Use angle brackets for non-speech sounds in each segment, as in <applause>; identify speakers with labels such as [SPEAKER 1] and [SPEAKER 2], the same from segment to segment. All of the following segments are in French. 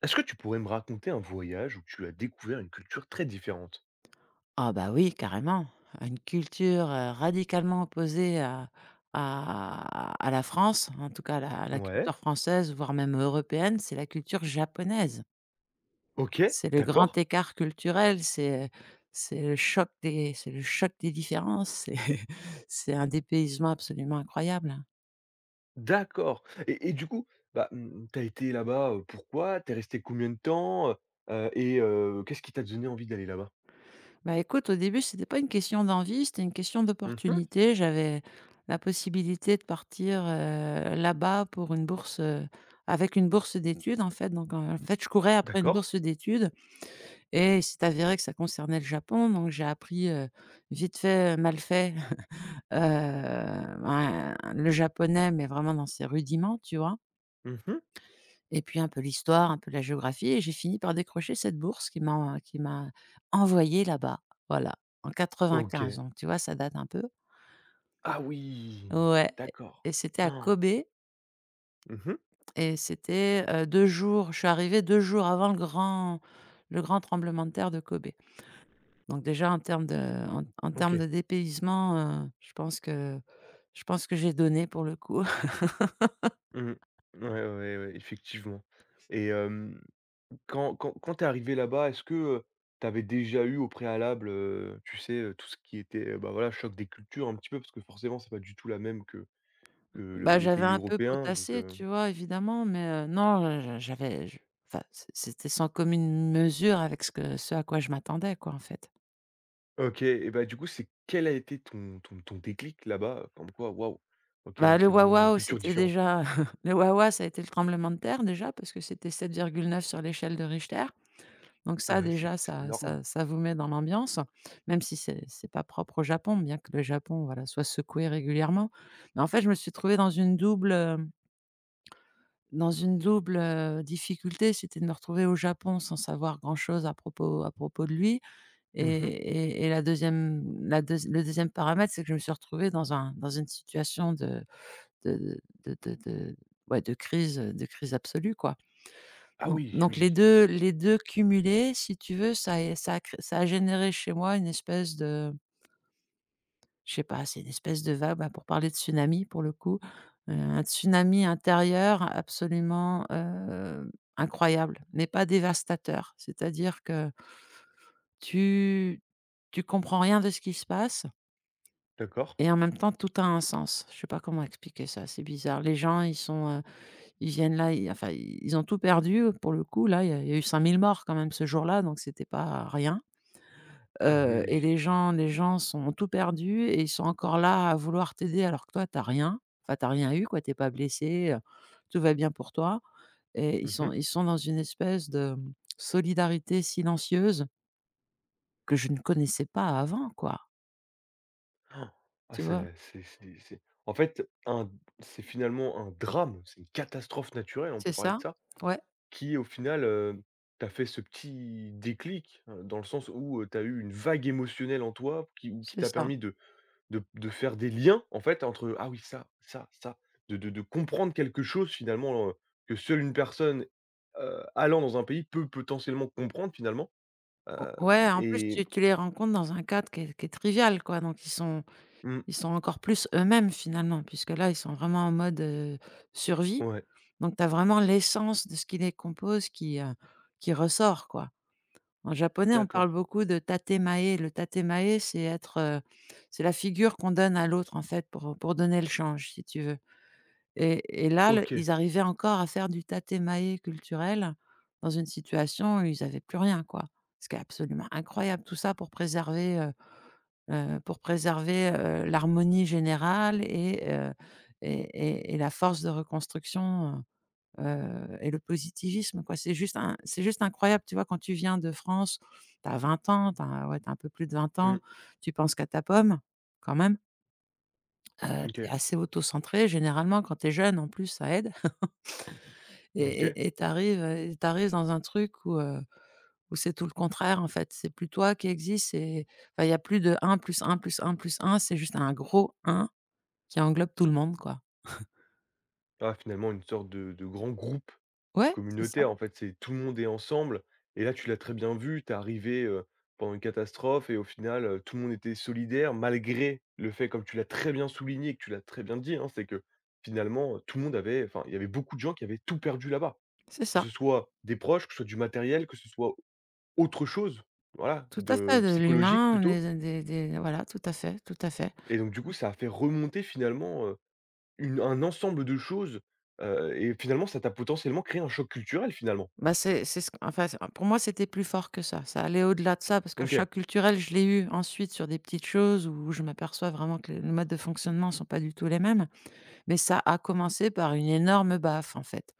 [SPEAKER 1] Est-ce que tu pourrais me raconter un voyage où tu as découvert une culture très différente?
[SPEAKER 2] Ah bah oui, carrément. Une culture, radicalement opposée à à la France, en tout cas la
[SPEAKER 1] Ouais.
[SPEAKER 2] culture française, voire même européenne, c'est la culture japonaise.
[SPEAKER 1] OK,
[SPEAKER 2] C'est le grand
[SPEAKER 1] d'accord,
[SPEAKER 2] écart culturel, c'est le choc des c'est le choc des différences, c'est <laughs> c'est un dépaysement absolument incroyable.
[SPEAKER 1] d'accord, et du coup, bah, tu été là-bas, pourquoi? T'es resté combien de temps? Et qu'est-ce qui t'a donné envie d'aller là-bas?
[SPEAKER 2] Bah, écoute, au début, c'était pas une question d'envie, c'était une question
[SPEAKER 1] Mmh.
[SPEAKER 2] d'opportunité. J'avais la possibilité de partir, là-bas pour une bourse, avec une bourse d'études, en fait. Donc, en fait, je courais après une
[SPEAKER 1] D'accord.
[SPEAKER 2] bourse d'études et c'est avéré que ça concernait le Japon. Donc, j'ai appris, vite fait, mal fait, <laughs> ben, le japonais, mais vraiment dans ses rudiments, tu vois?
[SPEAKER 1] Mmh.
[SPEAKER 2] Et puis un peu l'histoire, un peu la géographie, et j'ai fini par décrocher cette bourse qui m'a envoyée là-bas. Voilà, en 95,
[SPEAKER 1] OK.
[SPEAKER 2] donc tu vois, ça date un peu.
[SPEAKER 1] Ah oui!
[SPEAKER 2] Ouais,
[SPEAKER 1] D'accord.
[SPEAKER 2] et c'était à
[SPEAKER 1] Han!
[SPEAKER 2] Kobe,
[SPEAKER 1] Mmh.
[SPEAKER 2] et c'était, deux jours je suis arrivée 2 jours avant le grand tremblement de terre de Kobe. Donc déjà en termes de en termes
[SPEAKER 1] OK.
[SPEAKER 2] de dépaysement, heu, je pense que je pense que j'ai donné pour le coup.
[SPEAKER 1] Mmh. Ouais, ouais, ouais, effectivement, et quand t'es arrivé là-bas, est-ce que, tu déjà eu au préalable, tu sais, tout ce qui était, bah, voilà, choc des cultures un petit peu? Parce que forcément, c'est pas du tout la même que le
[SPEAKER 2] Bah,
[SPEAKER 1] les
[SPEAKER 2] j'avais
[SPEAKER 1] pays
[SPEAKER 2] un peu
[SPEAKER 1] européens donc.
[SPEAKER 2] potassé, tu vois? Évidemment, mais non, je j'avais je enfin, c'était sans commune mesure avec ce que ce à quoi je m'attendais, quoi, en fait.
[SPEAKER 1] OK, et bah, du coup, c'est quel a été ton déclic là-bas, comme quoi: «Waouh, OK,
[SPEAKER 2] Bah,
[SPEAKER 1] là,
[SPEAKER 2] le
[SPEAKER 1] c'est vraiment une
[SPEAKER 2] waouh-waouh,
[SPEAKER 1] culture
[SPEAKER 2] c'était
[SPEAKER 1] différente»?
[SPEAKER 2] déjà <laughs> le waouh-waouh, ça a été le tremblement de terre, déjà, parce que c'était 7,9 sur l'échelle de Richter. Donc ça,
[SPEAKER 1] Ouais, c'est
[SPEAKER 2] déjà,
[SPEAKER 1] c'est
[SPEAKER 2] ça
[SPEAKER 1] énorme.
[SPEAKER 2] ça ça vous met dans l'ambiance, même si c'est pas propre au Japon, bien que le Japon, voilà, soit secoué régulièrement. Mais en fait, je me suis trouvée dans une double, hem dans une double, difficulté, c'était de me retrouver au Japon sans savoir grand-chose à propos de lui, et
[SPEAKER 1] Mmh.
[SPEAKER 2] la deuxième, la deuxi le deuxième paramètre, c'est que je me suis retrouvée dans une situation de de ouais, de crise absolue, quoi.
[SPEAKER 1] Ah
[SPEAKER 2] Donc
[SPEAKER 1] oui, oui,
[SPEAKER 2] les
[SPEAKER 1] oui,
[SPEAKER 2] 2 cumulés, si tu veux, ça é ça a cré ça a généré chez moi une espèce de, je sais pas, c'est une espèce de vague, bah, pour parler de tsunami pour le coup, un tsunami intérieur absolument, incroyable, mais pas dévastateur. C'est-à-dire que tu tu comprends rien de ce qui se passe,
[SPEAKER 1] d'accord.
[SPEAKER 2] et en même temps tout a un sens. Je sais pas comment expliquer ça, c'est bizarre. Les gens, ils sont, ils viennent là, ils enfin ils ont tout perdu pour le coup là, il y a eu 5 000 morts quand même ce jour-là, donc c'était pas rien.
[SPEAKER 1] Ah oui, oui.
[SPEAKER 2] Et les gens sont ont tout perdu, et ils sont encore là à vouloir t'aider alors que toi tu as rien. Enfin tu as rien eu quoi, tu es pas blessé, tout va bien pour toi, et
[SPEAKER 1] Mmh mh.
[SPEAKER 2] ils sont dans une espèce de, mmh, solidarité silencieuse que je ne connaissais pas avant, quoi,
[SPEAKER 1] Ah,
[SPEAKER 2] tu vois?
[SPEAKER 1] c'est en fait, un c'est finalement un drame, c'est une catastrophe naturelle, on
[SPEAKER 2] C'est
[SPEAKER 1] peut parler de
[SPEAKER 2] ça?
[SPEAKER 1] ça?
[SPEAKER 2] Ouais,
[SPEAKER 1] Qui au final, t'a fait ce petit déclic, dans le sens où, tu as eu une vague émotionnelle en toi qui
[SPEAKER 2] c'est
[SPEAKER 1] t'a
[SPEAKER 2] ça.
[SPEAKER 1] permis de faire des liens en fait entre: «Ah oui ça», de comprendre quelque chose finalement, que seule une personne, allant dans un pays peut potentiellement comprendre finalement,
[SPEAKER 2] O
[SPEAKER 1] hem
[SPEAKER 2] Ouais, en plus
[SPEAKER 1] et
[SPEAKER 2] tu les rencontres dans un cadre qui est trivial quoi, donc
[SPEAKER 1] mmh,
[SPEAKER 2] ils sont encore plus eux-mêmes finalement puisque là ils sont vraiment en mode, survie.
[SPEAKER 1] ouais,
[SPEAKER 2] Donc tu as vraiment l'essence de ce qui les compose qui ressort, quoi. En japonais, on parle
[SPEAKER 1] d'accord,
[SPEAKER 2] beaucoup de tatemae. Le tatemae, c'est être, c'est la figure qu'on donne à l'autre, en fait, pour donner le change, si tu veux. Et là, le
[SPEAKER 1] OK,
[SPEAKER 2] ils arrivaient encore à faire du tatemae culturel dans une situation où ils avaient plus rien, quoi. Ce qui est absolument incroyable, tout ça pour préserver, l'harmonie générale, et et et la force de reconstruction, et le positivisme quoi. C'est juste incroyable, tu vois? Quand tu viens de France, tu as 20 ans, tu as ouais, tu un peu plus de 20 ans,
[SPEAKER 1] mmh,
[SPEAKER 2] tu penses qu'à ta pomme, quand même, tu
[SPEAKER 1] OK,
[SPEAKER 2] assez auto-centré généralement quand t'es jeune en plus ça aide, et
[SPEAKER 1] OK.
[SPEAKER 2] tu arrives, dans un truc où, où c'est tout le contraire en fait. C'est plus toi qui existe, c'est enfin il y a plus de un plus un plus un plus un c'est juste un gros un qui englobe tout le monde quoi.
[SPEAKER 1] Ah, finalement une sorte de grand groupe
[SPEAKER 2] Ouais,
[SPEAKER 1] communautaire, en fait, c'est tout le monde est ensemble. Et là, tu l'as très bien vu, tu es arrivé, pendant une catastrophe et au final, tout le monde était solidaire malgré le fait, comme tu l'as très bien souligné, que tu l'as très bien dit, hein, c'est que finalement, tout le monde avait enfin, il y avait beaucoup de gens qui avaient tout perdu là-bas.
[SPEAKER 2] c'est
[SPEAKER 1] Que ce
[SPEAKER 2] ça.
[SPEAKER 1] soit des proches, que ce soit du matériel, que ce soit autre chose, voilà,
[SPEAKER 2] Tout à fait,
[SPEAKER 1] de
[SPEAKER 2] de
[SPEAKER 1] psychologique
[SPEAKER 2] l'humain,
[SPEAKER 1] plutôt,
[SPEAKER 2] des voilà, tout à fait, tout à fait.
[SPEAKER 1] et donc du coup, ça a fait remonter finalement, une un ensemble de choses, et finalement, ça t'a potentiellement créé un choc culturel, finalement.
[SPEAKER 2] Bah, c'est ce q enfin, c'est pour moi, c'était plus fort que ça. Ça allait au-delà de ça parce que le
[SPEAKER 1] OK.
[SPEAKER 2] choc culturel, je l'ai eu ensuite sur des petites choses où je m'aperçois vraiment que les modes de fonctionnement sont pas du tout les mêmes. Mais ça a commencé par une énorme baffe, en fait,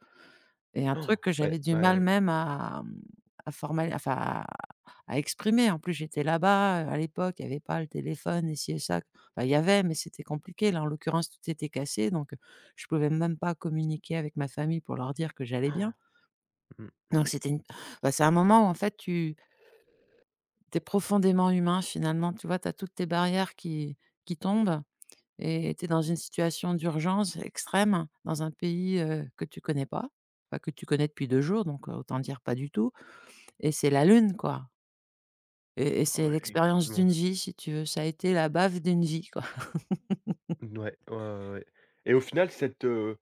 [SPEAKER 2] et un
[SPEAKER 1] Han!
[SPEAKER 2] truc que
[SPEAKER 1] Ouais,
[SPEAKER 2] j'avais du
[SPEAKER 1] ouais,
[SPEAKER 2] mal
[SPEAKER 1] ouais.
[SPEAKER 2] même à, mmh, à formal enfin, à exprimer. En plus, j'étais là-bas, à l'époque, il y avait pas le téléphone et ci et ça. Enfin, il y avait, mais c'était compliqué. Là, en l'occurrence, tout était cassé donc, je pouvais même pas communiquer avec ma famille pour leur dire que j'allais bien.
[SPEAKER 1] Han! Mmh.
[SPEAKER 2] Donc c'était une, bah, c'est un moment où en fait tu es profondément humain finalement, tu vois? Tu as toutes tes barrières qui tombent, et tu es dans une situation d'urgence extrême, dans un pays, que tu connais pas, enfin que tu connais depuis 2 jours donc autant dire pas du tout, et c'est la lune quoi, et
[SPEAKER 1] Ah
[SPEAKER 2] c'est
[SPEAKER 1] ouais,
[SPEAKER 2] l'expérience
[SPEAKER 1] effectivement.
[SPEAKER 2] d'une vie si tu veux. Ça a été la bave d'une vie quoi.
[SPEAKER 1] Mouais, ouais, ouais, ouais, et au final, cette, heu,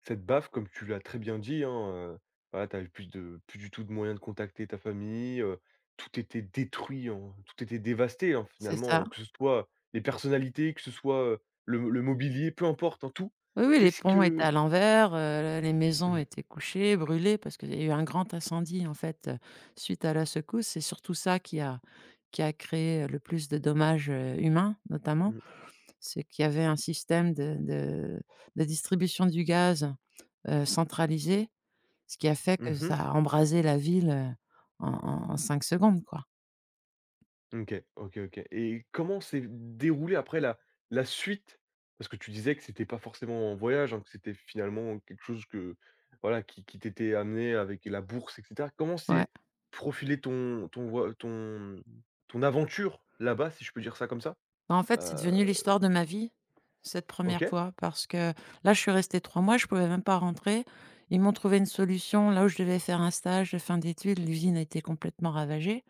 [SPEAKER 1] cette baffe, comme tu l'as très bien dit, hein, heu, voilà, tu plus de plus du tout de moyens de contacter ta famille, tout était détruit, hein, tout était dévasté, hein,
[SPEAKER 2] <laughs> C'est
[SPEAKER 1] finalement,
[SPEAKER 2] ça.
[SPEAKER 1] hein, que ce soit les personnalités, que ce soit, le mobilier, peu importe, hein, tout.
[SPEAKER 2] Oui, oui, les
[SPEAKER 1] Qu'est-ce
[SPEAKER 2] ponts étaient
[SPEAKER 1] que
[SPEAKER 2] à l'envers, les
[SPEAKER 1] mmh,
[SPEAKER 2] maisons
[SPEAKER 1] mmh.
[SPEAKER 2] étaient couchées, brûlées parce qu'il y a eu un grand incendie, en fait, suite à la secousse. C'est surtout ça qui a créé le plus de dommages, humains, notamment.
[SPEAKER 1] Mmh
[SPEAKER 2] C'est qu'il y avait un système de distribution du gaz, centralisé, ce qui a fait que
[SPEAKER 1] mmh,
[SPEAKER 2] ça a embrasé la ville, en 5 secondes, quoi.
[SPEAKER 1] OK, OK, OK, et comment s'est déroulée après la suite? Parce que tu disais que c'était pas forcément en voyage, hein, que c'était finalement quelque chose que, voilà, qui t'était amené avec la bourse et cetera. Comment
[SPEAKER 2] Ouais.
[SPEAKER 1] s'est profilé ton ton voi ton ton aventure là-bas, si je peux dire ça comme ça?
[SPEAKER 2] Bah, en fait, c'est
[SPEAKER 1] Heu,
[SPEAKER 2] devenu l'histoire de ma vie, cette première
[SPEAKER 1] OK.
[SPEAKER 2] fois, parce que là, je suis restée 3 mois, je pouvais même pas rentrer. Ils m'ont trouvé une solution là où je devais faire un stage de fin d'études, l'usine a été complètement ravagée.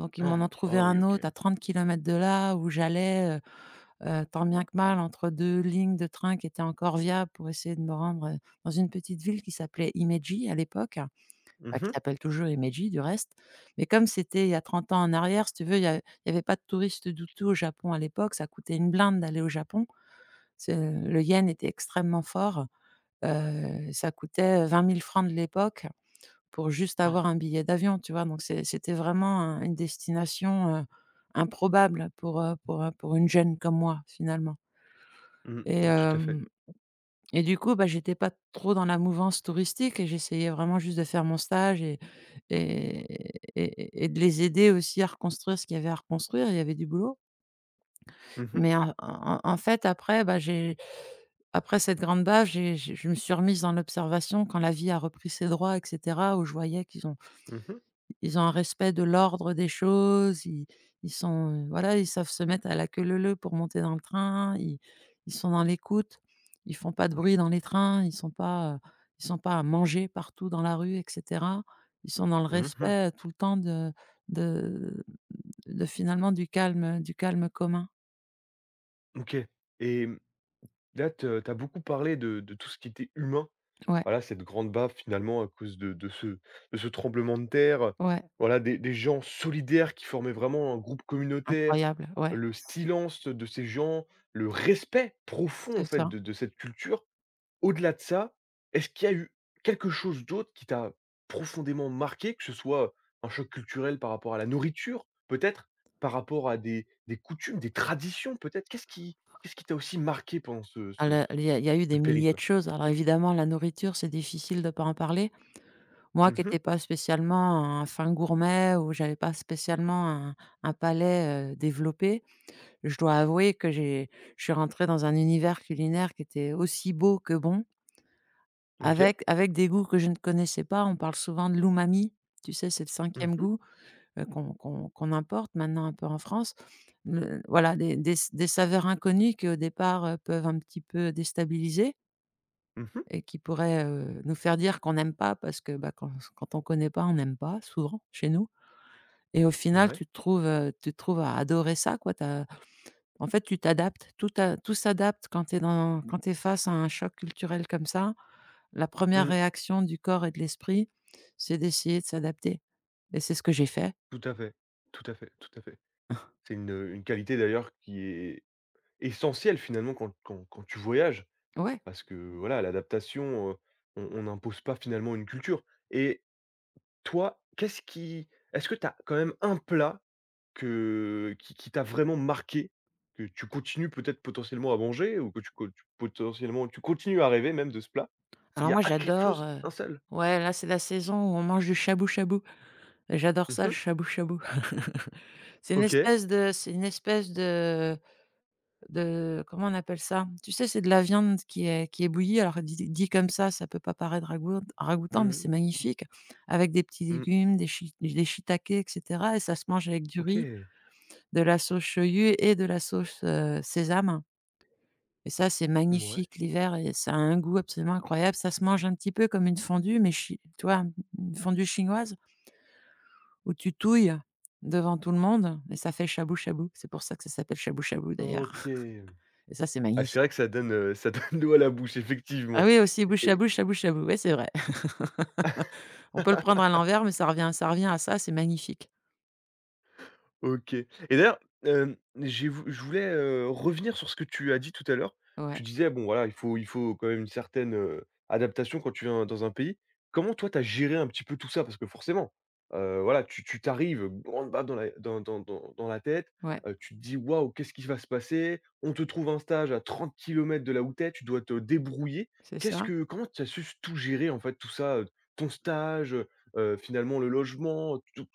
[SPEAKER 2] Donc ils m'en ont
[SPEAKER 1] Ah,
[SPEAKER 2] trouvé
[SPEAKER 1] ah oui,
[SPEAKER 2] un
[SPEAKER 1] OK.
[SPEAKER 2] autre à 30 kilomètres de là où j'allais, tant bien que mal entre 2 lignes de train qui étaient encore viables pour essayer de me rendre, dans une petite ville qui s'appelait Imeji à l'époque. Bah,
[SPEAKER 1] Mmh
[SPEAKER 2] qui
[SPEAKER 1] mh.
[SPEAKER 2] s'appelle toujours Himeji du reste, mais comme c'était il y a 30 ans en arrière, si tu veux, il y avait pas de touristes du tout au Japon à l'époque, ça coûtait une blinde d'aller au Japon. C'est le yen était extrêmement fort, ça coûtait, 20 000 de l'époque pour juste
[SPEAKER 1] Han!
[SPEAKER 2] avoir un billet d'avion, tu vois? Donc c'était vraiment un une destination, improbable pour une jeune comme moi, finalement,
[SPEAKER 1] Mmh,
[SPEAKER 2] et
[SPEAKER 1] mmh, tout à fait.
[SPEAKER 2] hem du coup, bah, j'étais pas trop dans la mouvance touristique et j'essayais vraiment juste de faire mon stage, et de les aider aussi à reconstruire ce qu'il y avait à reconstruire. Il y avait du boulot.
[SPEAKER 1] Mmh mh.
[SPEAKER 2] Mais en fait, après, bah, j'ai après cette grande baffe, j'ai je me suis remise dans l'observation quand la vie a repris ses droits et cetera, où je voyais qu'ils ont
[SPEAKER 1] Mmh.
[SPEAKER 2] ils ont un respect de l'ordre des choses, ils sont, voilà, ils savent se mettre à la queue leu leu pour monter dans le train, ils sont dans l'écoute, ils font pas de bruit dans les trains, ils sont pas à manger partout dans la rue et cetera. Ils sont dans le
[SPEAKER 1] Mmh.
[SPEAKER 2] respect, tout le temps de de finalement du calme commun.
[SPEAKER 1] OK, et là, te tu as beaucoup parlé de tout ce qui était humain.
[SPEAKER 2] Ouais,
[SPEAKER 1] Voilà, cette grande baffe finalement à cause de ce tremblement de terre.
[SPEAKER 2] ouais,
[SPEAKER 1] Voilà, des gens solidaires qui formaient vraiment un groupe communautaire.
[SPEAKER 2] incroyable, ouais,
[SPEAKER 1] Le silence de ces gens, le respect profond
[SPEAKER 2] c'est
[SPEAKER 1] en fait
[SPEAKER 2] ça.
[SPEAKER 1] de cette culture. Au-delà de ça, est-ce qu'il y a eu quelque chose d'autre qui t'a profondément marqué? Que ce soit un choc culturel par rapport à la nourriture peut-être? Par rapport à des coutumes, des traditions peut-être? Qu'est-ce qui t'a aussi marqué pendant ce
[SPEAKER 2] Ah,
[SPEAKER 1] ce
[SPEAKER 2] le il y a eu
[SPEAKER 1] ce
[SPEAKER 2] des milliers de
[SPEAKER 1] périple?
[SPEAKER 2] choses. Alors évidemment, la nourriture, c'est difficile de ne pas en parler. Moi qui
[SPEAKER 1] Mmh.
[SPEAKER 2] n'étais pas spécialement un fin gourmet, ou j'avais pas spécialement un palais, développé, je dois avouer que j'ai je suis rentrée dans un univers culinaire qui était aussi beau que bon,
[SPEAKER 1] OK.
[SPEAKER 2] avec des goûts que je ne connaissais pas. On parle souvent de l'umami, tu sais? C'est le
[SPEAKER 1] Mmh
[SPEAKER 2] cinquième
[SPEAKER 1] mh.
[SPEAKER 2] goût, qu'on importe maintenant un peu en France. Le voilà, des saveurs inconnues qui au départ, peuvent un petit peu déstabiliser.
[SPEAKER 1] Mmh.
[SPEAKER 2] Et qui pourrait, nous faire dire qu'on n'aime pas parce que, bah, quand on connaît pas, on n'aime pas souvent chez nous et au final
[SPEAKER 1] Ouais.
[SPEAKER 2] tu te trouves à adorer ça quoi. Tu en fait Tu t'adaptes, tout s'adapte quand tu es dans quand tu face à un choc culturel comme ça. La première
[SPEAKER 1] Mmh.
[SPEAKER 2] réaction du corps et de l'esprit, c'est d'essayer de s'adapter et c'est ce que j'ai fait.
[SPEAKER 1] Tout à fait, tout à fait, tout à fait. C'est une qualité d'ailleurs qui est essentielle finalement quand tu voyages,
[SPEAKER 2] Ouais.
[SPEAKER 1] parce que voilà, l'adaptation, on n'impose pas finalement une culture. Et toi, qu'est-ce qui est-ce que tu as quand même un plat que qui t'a vraiment marqué, que tu continues peut-être potentiellement à manger ou que tu co tu potentiellement tu continues à rêver même de ce plat? Il
[SPEAKER 2] Alors
[SPEAKER 1] y a
[SPEAKER 2] moi
[SPEAKER 1] a quelque
[SPEAKER 2] j'adore,
[SPEAKER 1] chose, un seul?
[SPEAKER 2] ouais là c'est la saison où on mange du shabu shabu et j'adore ça le
[SPEAKER 1] Mmh.
[SPEAKER 2] shabu shabu. <laughs>
[SPEAKER 1] OK.
[SPEAKER 2] C'est une espèce de comment on appelle ça? Tu sais, c'est de la viande qui est bouillie, alors dit comme ça peut pas paraître ragoûtant,
[SPEAKER 1] Mmh
[SPEAKER 2] mais c'est
[SPEAKER 1] mh.
[SPEAKER 2] magnifique avec des petits
[SPEAKER 1] Mmh.
[SPEAKER 2] légumes, des shiitakes et cetera, et ça se mange avec du riz,
[SPEAKER 1] OK.
[SPEAKER 2] de la sauce shoyu et de la sauce, sésame, et ça, c'est
[SPEAKER 1] Ouais.
[SPEAKER 2] magnifique l'hiver, et ça a un goût absolument incroyable. Ça se mange un petit peu comme une fondue, mais chi tu vois? Une fondue chinoise où tu touilles devant tout le monde et ça fait shabu shabu. C'est pour ça que ça s'appelle shabu shabu d'ailleurs,
[SPEAKER 1] OK.
[SPEAKER 2] et ça, c'est
[SPEAKER 1] Ah, c'est
[SPEAKER 2] magnifique.
[SPEAKER 1] vrai que ça <laughs> donne l'eau à la bouche,
[SPEAKER 2] Ah
[SPEAKER 1] effectivement.
[SPEAKER 2] oui, aussi bouche à
[SPEAKER 1] Et
[SPEAKER 2] bouche, à bouche à shabu, ouais c'est vrai. <laughs> On peut le prendre à l'envers, mais ça revient à ça, c'est magnifique.
[SPEAKER 1] OK. Et d'ailleurs, j'ai vou je voulais, revenir sur ce que tu as dit tout à l'heure. Tu
[SPEAKER 2] Ouais,
[SPEAKER 1] disais, bon, voilà, il faut quand même une certaine, adaptation quand tu viens dans un pays. Comment toi, tu as géré un petit peu tout ça? Parce que forcément, voilà, tu grande baffe dans la dans dans dans dans la tête,
[SPEAKER 2] ouais,
[SPEAKER 1] tu te dis: «Waouh, qu'est-ce qui va se passer?» On te trouve un stage à 30 km de là où tu dois te débrouiller.
[SPEAKER 2] c'est
[SPEAKER 1] Qu'est-ce
[SPEAKER 2] ça.
[SPEAKER 1] que Comment tu as su tout gérer, en fait, tout ça, ton stage, finalement le logement, tout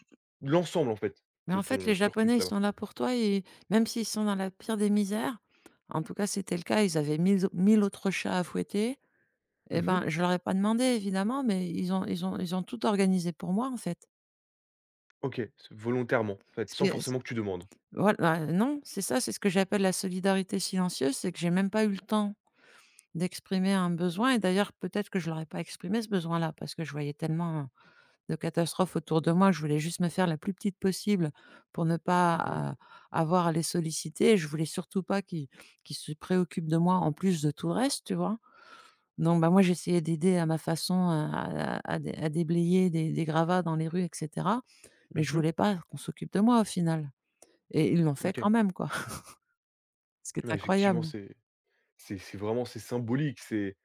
[SPEAKER 1] l'ensemble, en fait?
[SPEAKER 2] Mais
[SPEAKER 1] De
[SPEAKER 2] en fait,
[SPEAKER 1] ton
[SPEAKER 2] les
[SPEAKER 1] cursus
[SPEAKER 2] Japonais, ils
[SPEAKER 1] là-bas?
[SPEAKER 2] sont là pour toi, et même s'ils sont dans la pire des misères, en tout cas c'était le cas, ils avaient 1000 au 1000 autres chats à fouetter, et
[SPEAKER 1] Mmh.
[SPEAKER 2] ben, je leur ai pas demandé évidemment, mais ils ont ils ont tout organisé pour moi en fait.
[SPEAKER 1] OK, c'est volontairement, en fait,
[SPEAKER 2] Ce
[SPEAKER 1] sans
[SPEAKER 2] que c
[SPEAKER 1] forcément que tu demandes?
[SPEAKER 2] Voilà, non, c'est ça, c'est ce que j'appelle la solidarité silencieuse, c'est que j'ai même pas eu le temps d'exprimer un besoin, et d'ailleurs peut-être que je l'aurais pas exprimé ce besoin-là parce que je voyais tellement de catastrophes autour de moi. Je voulais juste me faire la plus petite possible pour ne
[SPEAKER 1] Mmh.
[SPEAKER 2] pas, avoir à les solliciter. Je voulais surtout pas qu'ils se préoccupent de moi en plus de tout le reste, tu vois? Donc bah, moi j'essayais d'aider à ma façon à dé à déblayer des gravats dans les rues et cetera, mais je
[SPEAKER 1] Mmh.
[SPEAKER 2] voulais pas qu'on s'occupe de moi au final, et ils l'ont fait quand
[SPEAKER 1] OK.
[SPEAKER 2] même quoi, <laughs> ce qui est
[SPEAKER 1] Ouais, effectivement,
[SPEAKER 2] incroyable.
[SPEAKER 1] c'est vraiment c'est symbolique, c'est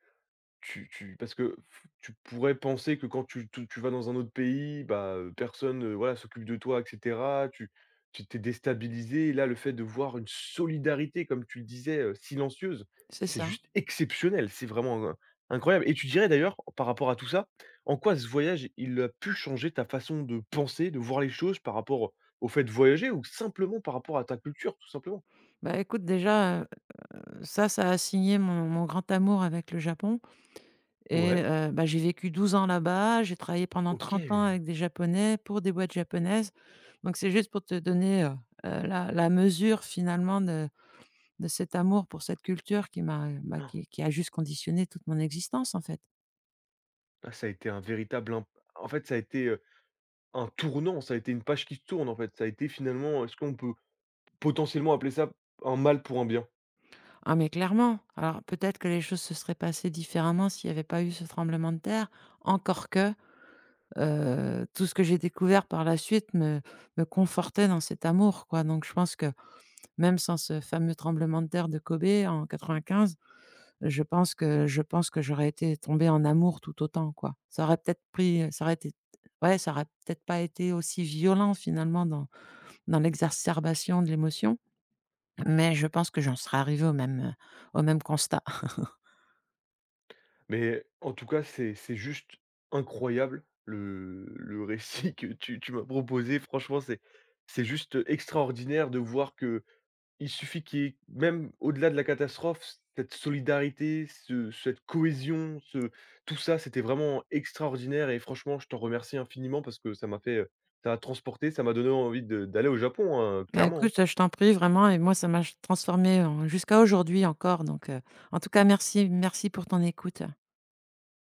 [SPEAKER 1] tu pourrais penser que quand tu vas dans un autre pays, bah, personne, voilà, s'occupe de toi et cetera. Tu t'es déstabilisé et là, le fait de voir une solidarité, comme tu le disais, silencieuse,
[SPEAKER 2] C'est
[SPEAKER 1] c'est
[SPEAKER 2] ça.
[SPEAKER 1] juste exceptionnel. C'est vraiment, incroyable et tu dirais d'ailleurs, par rapport à tout ça, en quoi ce voyage, il a pu changer ta façon de penser, de voir les choses par rapport au fait de voyager ou simplement par rapport à ta culture, tout simplement?
[SPEAKER 2] Bah, écoute déjà, ça, ça a signé mon grand amour avec le Japon, et
[SPEAKER 1] Ouais,
[SPEAKER 2] bah, j'ai vécu 12 ans là-bas, j'ai travaillé pendant 30 ans
[SPEAKER 1] OK.
[SPEAKER 2] avec des Japonais, pour des boîtes japonaises. Donc c'est juste pour te donner, la la mesure finalement de cet amour pour cette culture qui m'a, bah,
[SPEAKER 1] Han!
[SPEAKER 2] qui a juste conditionné toute mon existence, en fait.
[SPEAKER 1] Ça a été un véritable imp en fait, ça a été, un tournant, ça a été une page qui se tourne, en fait. Ça a été finalement, est-ce qu'on peut potentiellement appeler ça un mal pour un bien?
[SPEAKER 2] Ah mais clairement, alors peut-être que les choses se seraient passées différemment s'il n'y avait pas eu ce tremblement de terre, encore que tout ce que j'ai découvert par la suite me confortait dans cet amour, quoi. Donc je pense que même sans ce fameux tremblement de terre de Kobe en 95, je pense que j'aurais été tombée en amour tout autant, quoi. Ça aurait peut-être pris, ça aurait été ouais, ça aurait peut-être pas été aussi violent finalement dans dans l'exacerbation de l'émotion, mais je pense que j'en serais arrivée au même constat.
[SPEAKER 1] Mais en tout cas, c'est juste incroyable le récit que tu m'as proposé. Franchement, c'est juste extraordinaire de voir que il suffit qu'il y ait, même au-delà de la catastrophe, cette solidarité, ce cette cohésion, ce tout ça, c'était vraiment extraordinaire et franchement, je t'en remercie infiniment parce que ça m'a fait, ça m'a transporté, ça m'a donné envie de d'aller au Japon, hein,
[SPEAKER 2] Bah,
[SPEAKER 1] clairement,
[SPEAKER 2] écoute,
[SPEAKER 1] hein.
[SPEAKER 2] je t'en prie vraiment, et moi ça m'a ch transformée en jusqu'à aujourd'hui encore, donc en tout cas merci pour ton écoute.